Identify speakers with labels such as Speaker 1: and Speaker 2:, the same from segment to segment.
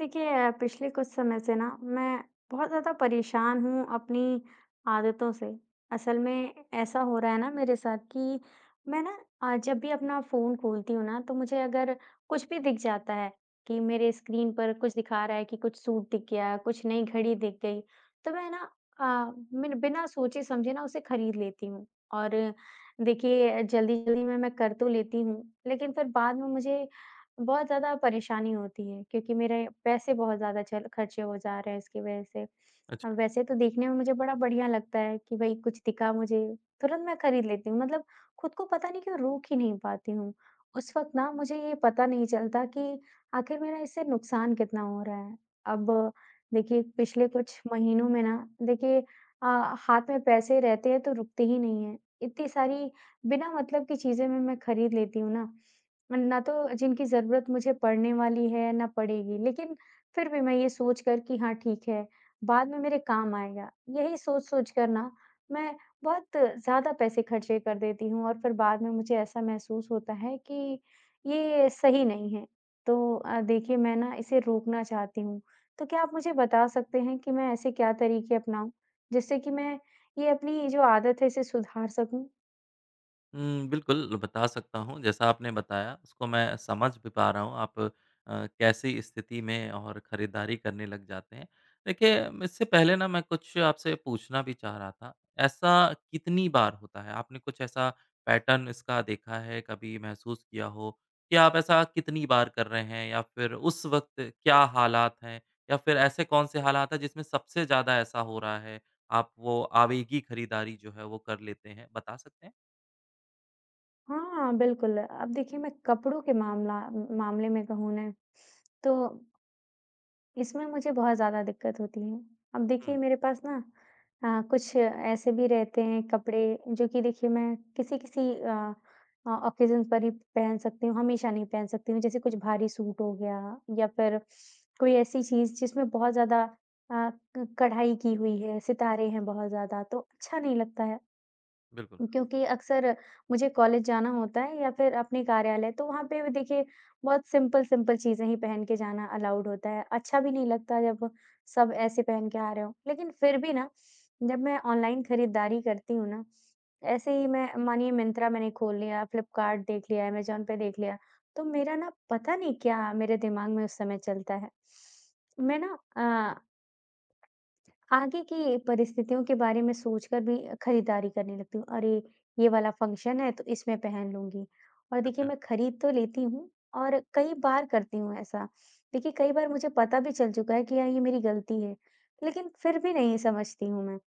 Speaker 1: देखिए, पिछले कुछ समय से ना मैं बहुत ज़्यादा परेशान हूँ अपनी आदतों से। असल में ऐसा हो रहा है ना मेरे साथ कि मैं ना जब भी अपना फ़ोन खोलती हूँ ना, तो मुझे अगर कुछ भी दिख जाता है कि मेरे स्क्रीन पर कुछ दिखा रहा है कि कुछ सूट दिख गया, कुछ नई घड़ी दिख गई, तो मैं ना मैंने बिना सोचे-समझे ना उसे खरीद लेती हूँ। और देखिए, जल्दी-जल्दी में मैं कर तो लेती हूँ, लेकिन फिर बाद में मुझे बहुत ज़्यादा परेशानी होती है क्योंकि मेरे पैसे बहुत ज़्यादा चल खर्चे हो जा रहे हैं इसकी वज़ह से।
Speaker 2: अच्छा।
Speaker 1: वैसे तो देखने में मुझे बड़ा बढ़िया लगता है कि भई कुछ दिखा मुझे, तुरंत मैं खरीद लेती हूँ। मतलब खुद को पता नहीं क्यों रोक ही नहीं पाती हूँ। उस वक़्त ना मुझे ये पता नहीं चलता कि आखिर मेरा इससे नुकसान कितना हो रहा है। अब देखिए पिछले कुछ महीनों में ना देखिए अ, हाथ में पैसे रहते हैं तो रुकते ही नहीं हैं। इतनी सारी बिना मतलब की चीज़ें मैं खरीद लेती हूँ ना ना तो जिनकी ज़रूरत मुझे पड़ने वाली है, ना पड़ेगी, लेकिन फिर भी मैं ये सोचकर कि हाँ, ठीक है, बाद में मेरे काम आएगा, यही सोच-सोच कर ना मैं बहुत ज़्यादा पैसे खर्चे कर देती हूँ और फिर बाद में मुझे ऐसा महसूस होता है कि ये सही नहीं है। तो देखिए मैं ना इसे रोकना चाहती हूँ, तो क्या आप मुझे बता सकते हैं कि मैं ऐसे क्या तरीके अपनाऊँ, जिससे कि मैं ये अपनी जो आदत है इसे सुधार सकूँ?
Speaker 2: बिल्कुल बता सकता हूँ, जैसा आपने बताया उसको मैं समझ भी पा रहा हूँ आप कैसी स्थिति में और खरीदारी करने लग जाते हैं। देखिए, म इससे पहले ना मैं कुछ आपसे पूछना भी चाह रहा था, ऐसा कितनी बार होता है? आपने कुछ ऐसा पैटर्न इसका देखा है, कभी महसूस किया हो कि आप ऐसा कितनी बार कर रहे हैं या फिर उस वक़्त क्या हालात हैं? या फिर ऐसे कौन-से हालात हैं जिसमें सबसे ज़्यादा ऐसा हो रहा है, आप वो आवेगी खरीदारी जो है वो कर लेते हैं? बता सकते हैं?
Speaker 1: हाँ, बिल्कुल। अब देखिए मैं कपड़ों के मामला मामले में कहूँ ना तो इसमें मुझे बहुत ज़्यादा दिक्कत होती है। अब देखिए
Speaker 2: हुँ,
Speaker 1: मेरे पास ना कुछ ऐसे भी रहते हैं कपड़े जो कि देखिए मैं किसी-किसी ऑकेज़न पर ही पहन सकती हूँ, हमेशा नहीं पहन सकती हूँ। जैसे कुछ भारी सूट हो गया या फिर कोई ऐसी चीज़ जिसमें बहुत ज़्यादा क कढ़ाई की हुई है, सितारे हैं बहुत ज़्यादा तो अच्छा नहीं लगता है।
Speaker 2: बिल्कुल।
Speaker 1: क्योंकि अक्सर मुझे कॉलेज जाना होता है या फिर अपने कार्यालय, तो वहाँ पे भी देखिए बहुत सिंपल-सिंपल चीज़ें ही पहन के जाना अलाउड होता है। अच्छा भी नहीं लगता जब सब ऐसे पहन के आ रहे हों। लेकिन फिर भी ना जब मैं ऑनलाइन खरीदारी करती हूँ ना, ऐसे ही मैं मानिए मिंत्रा मैंने खोल लिया, फ्लिपकार्ट देख लिया, अमेज़न पे देख लिया, तो मेरा ना पता नहीं क्या मेरे दिमाग में उस समय चलता है। मैं ना आगे की परिस्थितियों के बारे में सोचकर भी खरीदारी करने लगती हूँ। अरे! ये वाला फंक्शन है तो इसमें पहन लूँगी और देखिए
Speaker 2: अच्छा।
Speaker 1: मैं खरीद तो लेती हूँ और कई बार करती हूँ ऐसा। देखिए कई बार मुझे पता भी चल चुका है कि यार ये मेरी गलती है, लेकिन फिर भी नहीं समझती हूँ मैं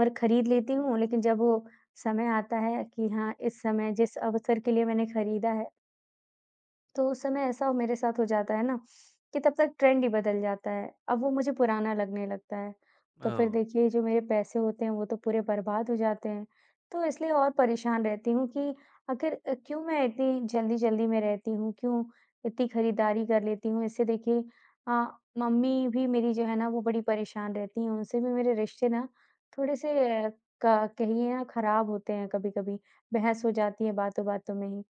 Speaker 1: और खरीद लेती हूँ लेकिन जब वो समय आता है कि हाँ, इस समय जिस अवसर के लिए मैंने खरीदा है तो उस समय ऐसा मेरे साथ हो जाता है ना, कि तब तक ट्रेंड ही बदल जाता है। अब वो मुझे पुराना लगने लगता है। तो फिर
Speaker 2: ओह!
Speaker 1: देखिए जो मेरे पैसे होते हैं वो तो पूरे बर्बाद हो जाते हैं। तो इसलिए और परेशान रहती हूँ कि आखिर क्यों मैं इतनी जल्दी-जल्दी में रहती हूँ, क्यों इतनी खरीदारी कर लेती हूँ। इससे देखिए अ, मम्मी भी मेरी जो है ना वो बड़ी परेशान रहती हैं। उनसे भी मेरे रिश्ते ना थोड़े से क कहिए ना खराब होते हैं कभी-कभी। बहस हो जाती है बातों-बातों में ही।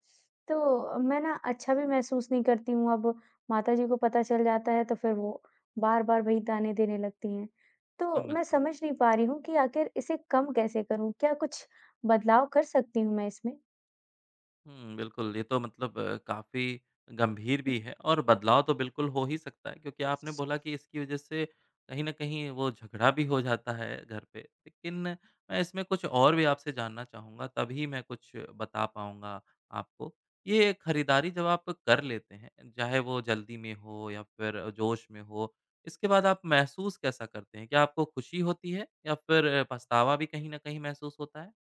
Speaker 1: तो मैं ना अच्छा भी महसूस नहीं करती हूँ, अब माताजी को पता चल जाता है तो फिर वो बार-बार वही ताने देने लगती हैं। तो
Speaker 2: समझ
Speaker 1: मैं
Speaker 2: रहा हूँ।
Speaker 1: समझ नहीं पा रही हूँ कि आखिर इसे कम कैसे करूँ? क्या कुछ बदलाव कर सकती हूँ मैं इसमें?
Speaker 2: हुँ, बिल्कुल, ये तो मतलब काफ़ी गंभीर भी है और बदलाव तो बिल्कुल हो ही सकता है क्योंकि आपने बोला कि इसकी वज़ह से कहीं न कहीं वो झगड़ा भी हो जाता है घर पे। लेकिन मैं इसमें कुछ और भी आपसे जानना चाहूँगा, तभी मैं कुछ बता पाऊँगा आपको। ये खरीदारी जब आप कर लेते हैं, चाहे वो जल्दी में हो या फिर जोश में हो, इसके बाद आप महसूस कैसा करते हैं? क्या आपको खुशी होती है या फिर पछतावा भी कहीं न कहीं महसूस होता है?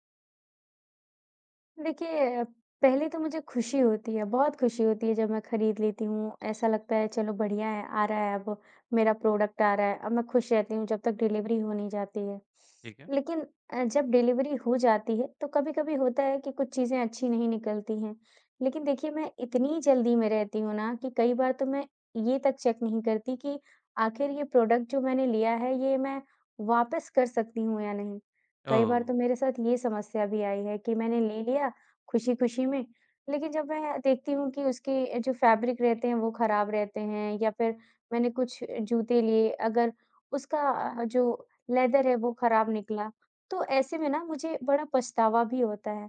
Speaker 1: देखिए, पहले तो मुझे खुशी होती है, बहुत खुशी होती है जब मैं खरीद लेती हूँ, ऐसा लगता है चलो बढ़िया है, आ रहा है अब मेरा प्रोडक्ट आ रहा है, अब मैं खुश रहती हूँ जब तक डिलीवरी हो नहीं जाती है।
Speaker 2: ठीक है।
Speaker 1: लेकिन जब डिलीवरी हो जाती है तो कभी-कभी होता है कि कुछ चीज़ें अच्छी नहीं निकलती हैं। लेकिन देखिए मैं इतनी जल्दी में रहती हूँ ना कि कई बार तो मैं ये तक चेक नहीं करती कि आखिर ये प्रोडक्ट जो मैंने लिया है, ये मैं वापस कर सकती हूँ या नहीं। कई
Speaker 2: ओह!
Speaker 1: बार तो मेरे साथ ये समस्या भी आई है कि मैंने ले लिया खुशी-खुशी में, लेकिन जब मैं देखती हूँ कि उसके जो फैब्रिक रहते हैं वो खराब रहते हैं या फिर मैंने कुछ जूते लिए, अगर उसका जो लेदर है वो खराब निकला, तो ऐसे में ना मुझे बड़ा पछतावा भी होता है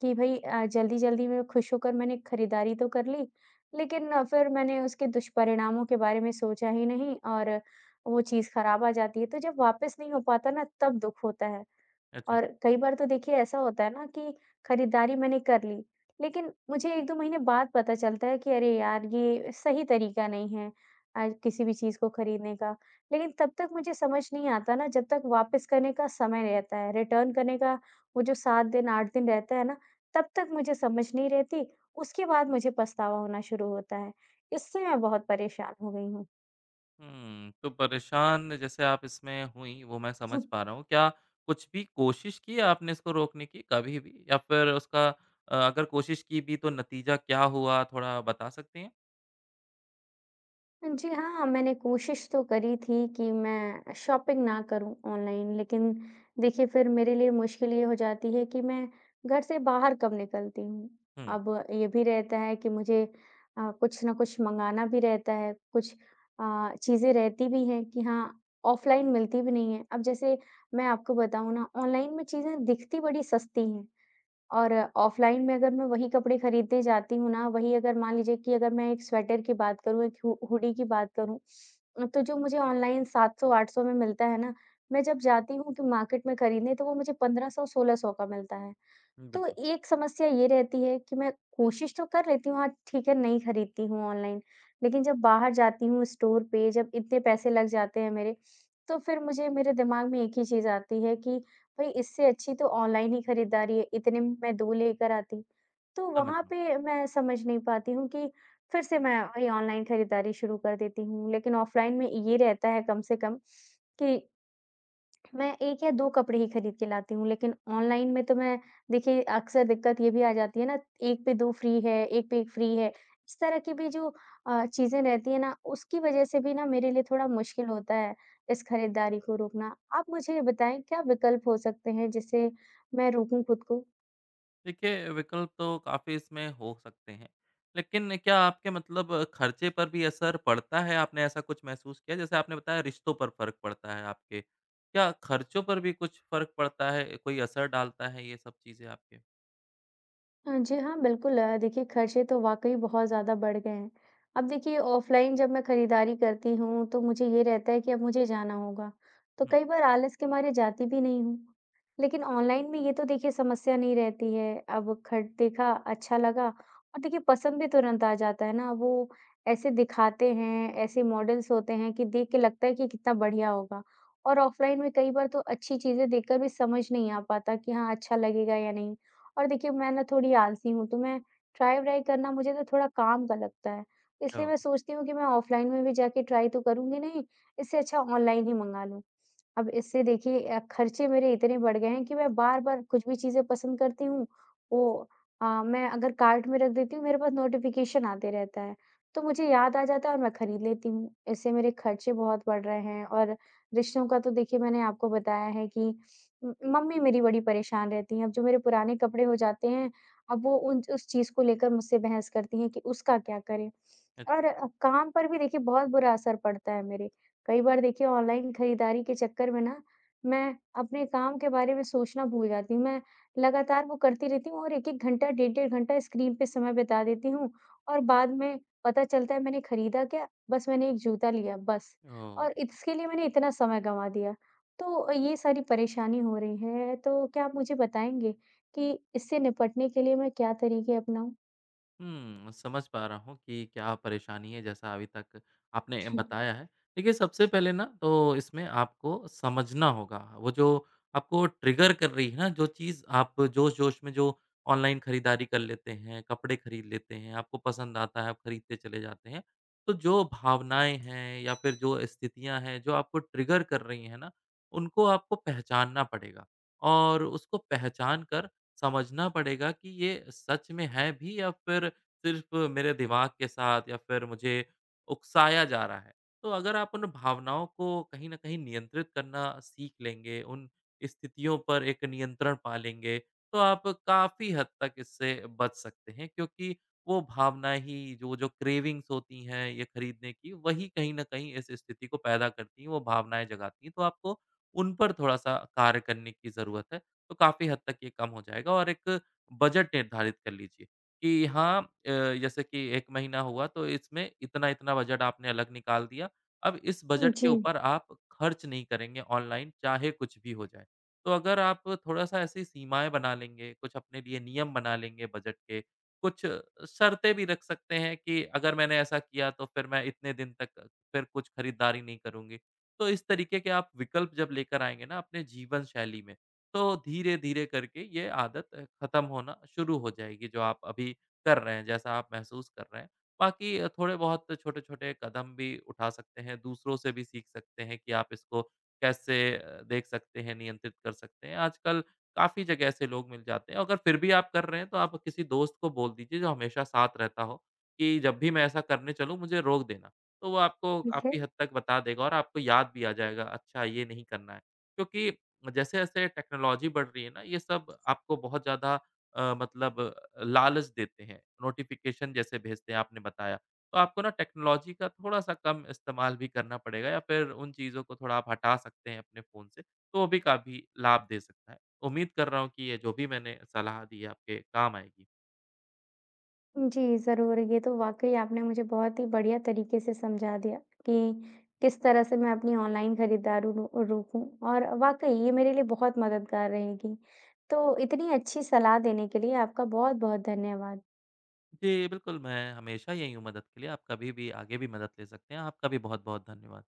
Speaker 1: कि भई जल्दी-जल्दी में खुश होकर मैंने खरीदारी तो कर ली, लेकिन फिर मैंने उसके दुष्परिणामों के बारे में सोचा ही नहीं और वो चीज़ खराब आ जाती है। तो जब वापस नहीं हो पाता ना तब दुःख होता है।
Speaker 2: अच्छा।
Speaker 1: और कई बार तो देखिए ऐसा होता है ना कि खरीदारी मैंने कर ली, लेकिन मुझे 1-2 महीने बाद पता चलता है कि अरे यार! ये सही तरीका नहीं है किसी भी चीज़ को खरीदने का। लेकिन तब तक मुझे समझ नहीं आता ना जब तक वापस करने का समय रहता है, रिटर्न करने का वो जो 7 दिन, 8 दिन रहता है ना, तब तक मुझे समझ नहीं रहती, उसके बाद मुझे पछतावा होना शुरू होता है। इससे मैं बहुत परेशान हो गई हूँ।
Speaker 2: हुँ, तो परेशान जैसे आप इसमें हुईं वो मैं समझ पा रहा हूँ। क्या कुछ भी कोशिश की आपने इसको रोकने की कभी भी? या फिर उसका अगर कोशिश की भी तो नतीजा क्या हुआ थोड़ा बता सकती हैं?
Speaker 1: जी हाँ, मैंने कोशिश तो करी थी कि मैं शॉपिंग ना करूँ ऑनलाइन, लेकिन देखिए फिर मेरे लिए मुश्किल ये हो जाती है कि मैं घर से बाहर कब निकलती हूँ।
Speaker 2: हुँ,
Speaker 1: अब ये भी रहता है कि मुझे कुछ ना कुछ मँगाना भी रहता है, कुछ चीज़ें रहती भी हैं कि हाँ, ऑफ़लाइन मिलती भी नहीं है। अब जैसे मैं आपको बताऊँ ना, ऑनलाइन में चीज़ें दिखती बड़ी सस्ती हैं, और ऑफ़लाइन में अगर मैं वही कपड़े खरीदने जाती हूँ ना, वही अगर मान लीजिए कि अगर मैं एक स्वेटर की बात करूँ, एक हु हुडी की बात करूँ, तो जो मुझे ऑनलाइन 700-800 में मिलता है ना, मैं जब जाती हूँ कि मार्केट में खरीदने, तो वो मुझे 1500-1600 का मिलता है। तो
Speaker 2: बिल्कुल
Speaker 1: एक समस्या ये रहती है कि मैं कोशिश तो कर लेती हूँ, हाँ, ठीक है नहीं खरीदती हूँ ऑनलाइन, लेकिन जब बाहर जाती हूँ स्टोर पे जब इतने पैसे लग जाते हैं मेरे, तो फिर मुझे मेरे दिमाग में एक ही चीज़ आती है कि भई इससे अच्छी तो ऑनलाइन ही खरीदारी है, इतने में मैं 2 लेकर आती। तो
Speaker 2: समझ
Speaker 1: वहाँ
Speaker 2: रहा हूँ।
Speaker 1: पे मैं समझ नहीं पाती हूँ कि फिर से मैं वही ऑनलाइन खरीदारी शुरू कर देती हूँ, लेकिन ऑफ़लाइन में ये रहता है कम से कम कि मैं 1 या 2 कपड़े ही खरीद के लाती हूँ, लेकिन ऑनलाइन में तो मैं देखिए अक्सर दिक्कत ये भी आ जाती है ना, एक पे 2 फ्री है, एक पे 1 फ्री है। इस तरह की भी जो चीज़ें रहती हैं ना, उसकी वज़ह से भी ना मेरे लिए थोड़ा मुश्किल होता है इस खरीदारी को रोकना। आप मुझे ये बताएँ क्या विकल्प हो सकते हैं जिससे मैं रोकूँ खुद को?
Speaker 2: देखिए, विकल्प तो काफ़ी इसमें हो सकते हैं। लेकिन क्या आपके मतलब खर्चे पर भी असर पड़ता है? आपने ऐसा कुछ महसूस किया? जैसे आपने बताया रिश्तों पर फ़र्क पड़ता है आपके। क्या खर्चों पर भी कुछ फ़र्क पड़ता है? कोई असर डालता है ये सब चीज़ें आपके?
Speaker 1: हाँ जी, हाँ, बिल्कुल देखिए खर्चे तो वाक़ई बहुत ज़्यादा बढ़ गए हैं। अब देखिए ऑफ़लाइन जब मैं खरीदारी करती हूँ, तो मुझे ये रहता है कि अब मुझे जाना होगा, तो
Speaker 2: हुँ।
Speaker 1: कई बार आलस के मारे जाती भी नहीं हूँ। लेकिन ऑनलाइन में ये तो देखिए समस्या नहीं रहती है, अब खट देखा, अच्छा लगा और देखिए पसंद भी तुरंत आ जाता है ना, वो ऐसे दिखाते हैं, ऐसे मॉडल्स होते हैं कि देख के लगता है कि कितना बढ़िया होगा। और ऑफ़लाइन में कई बार तो अच्छी चीज़ें देखकर भी समझ नहीं आ पाता कि हाँ, अच्छा लगेगा या नहीं। और देखिए मैं ना थोड़ी आलसी हूँ, तो मैं ट्राई-व्राई करना मुझे ना थोड़ा काम का लगता है। इसलिए
Speaker 2: ओह!
Speaker 1: मैं सोचती हूँ कि मैं ऑफ़लाइन में भी जाके ट्राई तो करूँगी नहीं, इससे अच्छा ऑनलाइन ही मँगा लूँ। अब इससे देखिए खर्चे मेरे इतने बढ़ गए हैं कि मैं बार-बार कुछ भी चीज़ें पसंद करती हूँ, वो मैं अगर कार्ट में रख देती हूँ, मेरे पास नोटिफ़िकेशन आते रहता है, तो मुझे याद आ जाता है और मैं खरीद लेती हूँ। इससे मेरे खर्चे बहुत बढ़ रहे हैं और रिश्तों का तो देखिए मैंने आपको बताया है कि मम्मी मेरी बड़ी परेशान रहती हैं, अब जो मेरे पुराने कपड़े हो जाते हैं, अब वो उन उस चीज़ को लेकर मुझसे बहस करती हैं कि उसका क्या करें?
Speaker 2: अच्छा।
Speaker 1: और काम पर भी देखिए बहुत बुरा असर पड़ता है मेरे। कई बार देखिए ऑनलाइन खरीदारी के चक्कर में ना, मैं अपने काम के बारे में सोचना भूल जाती हूँ। मैं लगातार वो करती रहती हूँ और 1-1 घंटा, डेढ़-डेढ़ घंटा स्क्रीन पे समय बिता देती हूँ और बाद में पता चलता है मैंने खरीदा क्या? बस मैंने एक जूता लिया, बस
Speaker 2: ओह!
Speaker 1: और इसके लिए मैंने इतना समय गँवा दिया। तो ये सारी परेशानी हो रही है, तो क्या आप मुझे बताएँगे कि इससे निपटने के लिए मैं क्या तरीके अपनाऊँ?
Speaker 2: हुँ, समझ पा रहा हूँ कि क्या परेशानी है जैसा अभी तक आपने बताया है। देखिए सबसे पहले ना तो इसमें आपको समझना होगा, वो जो आपको ट्रिगर कर रही है ना जो चीज़ आप जोश-जोश में जो ऑनलाइन खरीदारी कर लेते हैं, कपड़े खरीद लेते हैं, आपको पसंद आता है, आप खरीदते चले जाते हैं। तो जो भावनाएँ हैं या फिर जो स्थितियाँ हैं, जो आपको ट्रिगर कर रही हैं ना, उनको आपको पहचानना पड़ेगा और उसको पहचान कर समझना पड़ेगा कि ये सच में है भी या फिर सिर्फ मेरे दिमाग के साथ या फिर मुझे उकसाया जा रहा है। तो अगर आप उन भावनाओं को कहीं न कहीं नियंत्रित करना सीख लेंगे, उन स्थितियों पर एक नियंत्रण पा लेंगे, तो आप काफ़ी हद तक इससे बच सकते हैं क्योंकि वो भावना ही जो जो क्रेविंग्स होती हैं ये खरीदने की, वही कहीं न कहीं इस स्थिति को पैदा करती हैं, वो भावनाएँ जगाती हैं। तो आपको उन पर थोड़ा-सा कार्य करने की ज़रूरत है। तो काफ़ी हद तक ये कम हो जाएगा और एक बजट निर्धारित कर लीजिए कि हाँ जैसे कि 1 महीना हुआ तो इसमें इतना-इतना बजट आपने अलग निकाल दिया। अब इस बजट के
Speaker 1: जी,
Speaker 2: ऊपर आप खर्च नहीं करेंगे ऑनलाइन चाहे कुछ भी हो जाए। तो अगर आप थोड़ा-सा ऐसी सीमाएँ बना लेंगे, कुछ अपने लिए नियम बना लेंगे बजट के, कुछ शर्तें भी रख सकते हैं कि अगर मैंने ऐसा किया तो फिर मैं इतने दिन तक फिर कुछ खरीदारी नहीं करूँगी। तो इस तरीके के आप विकल्प जब लेकर आएँगे ना अपने जीवन शैली में, तो धीरे-धीरे करके ये आदत खत्म होना शुरू हो जाएगी, जो आप अभी कर रहे हैं, जैसा आप महसूस कर रहे हैं। बाकी थोड़े बहुत छोटे-छोटे कदम भी उठा सकते हैं, दूसरों से भी सीख सकते हैं कि आप इसको कैसे देख सकते हैं, नियंत्रित कर सकते हैं। आजकल काफ़ी जगह ऐसे लोग मिल जाते हैं, अगर फिर भी आप कर रहे हैं, तो आप किसी दोस्त को बोल दीजिए, जो हमेशा साथ रहता हो, कि जब भी मैं ऐसा करने चलूँ, मुझे रोक देना। तो वो आपको
Speaker 1: ठीक
Speaker 2: काफ़ी
Speaker 1: है।
Speaker 2: हद तक बता देगा और आपको याद भी आ जाएगा, अच्छा, ये नहीं करना है। क्योंकि जैसे-जैसे टेक्नोलॉजी बढ़ रही है ना, ये सब आपको बहुत ज़्यादा मतलब लालच देते हैं। नोटिफ़िकेशन जैसे भेजते हैं, आपने बताया। तो आपको ना टेक्नोलॉजी का थोड़ा-सा कम इस्तेमाल भी करना पड़ेगा या फिर उन चीज़ों को थोड़ा आप हटा सकते हैं अपने फ़ोन से, तो वो भी काफ़ी लाभ दे सकता है। उम्मीद कर रहा हूँ कि ये जो भी मैंने सलाह दी है, आपके काम आएगी।
Speaker 1: जी, ज़रूर, ये तो वाक़ई आपने मुझे बहुत ही बढ़िया तरीके से समझा दिया कि किस तरह से मैं अपनी ऑनलाइन खरीदारी रो रोकूँ और वाक़ई ये मेरे लिए बहुत मददगार रहेगी। तो इतनी अच्छी सलाह देने के लिए आपका बहुत-बहुत धन्यवाद।
Speaker 2: जी, बिल्कुल, मैं हमेशा यही हूँ मदद के लिए। आप कभी भी, आगे भी मदद ले सकते हैं। आपका भी बहुत-बहुत धन्यवाद।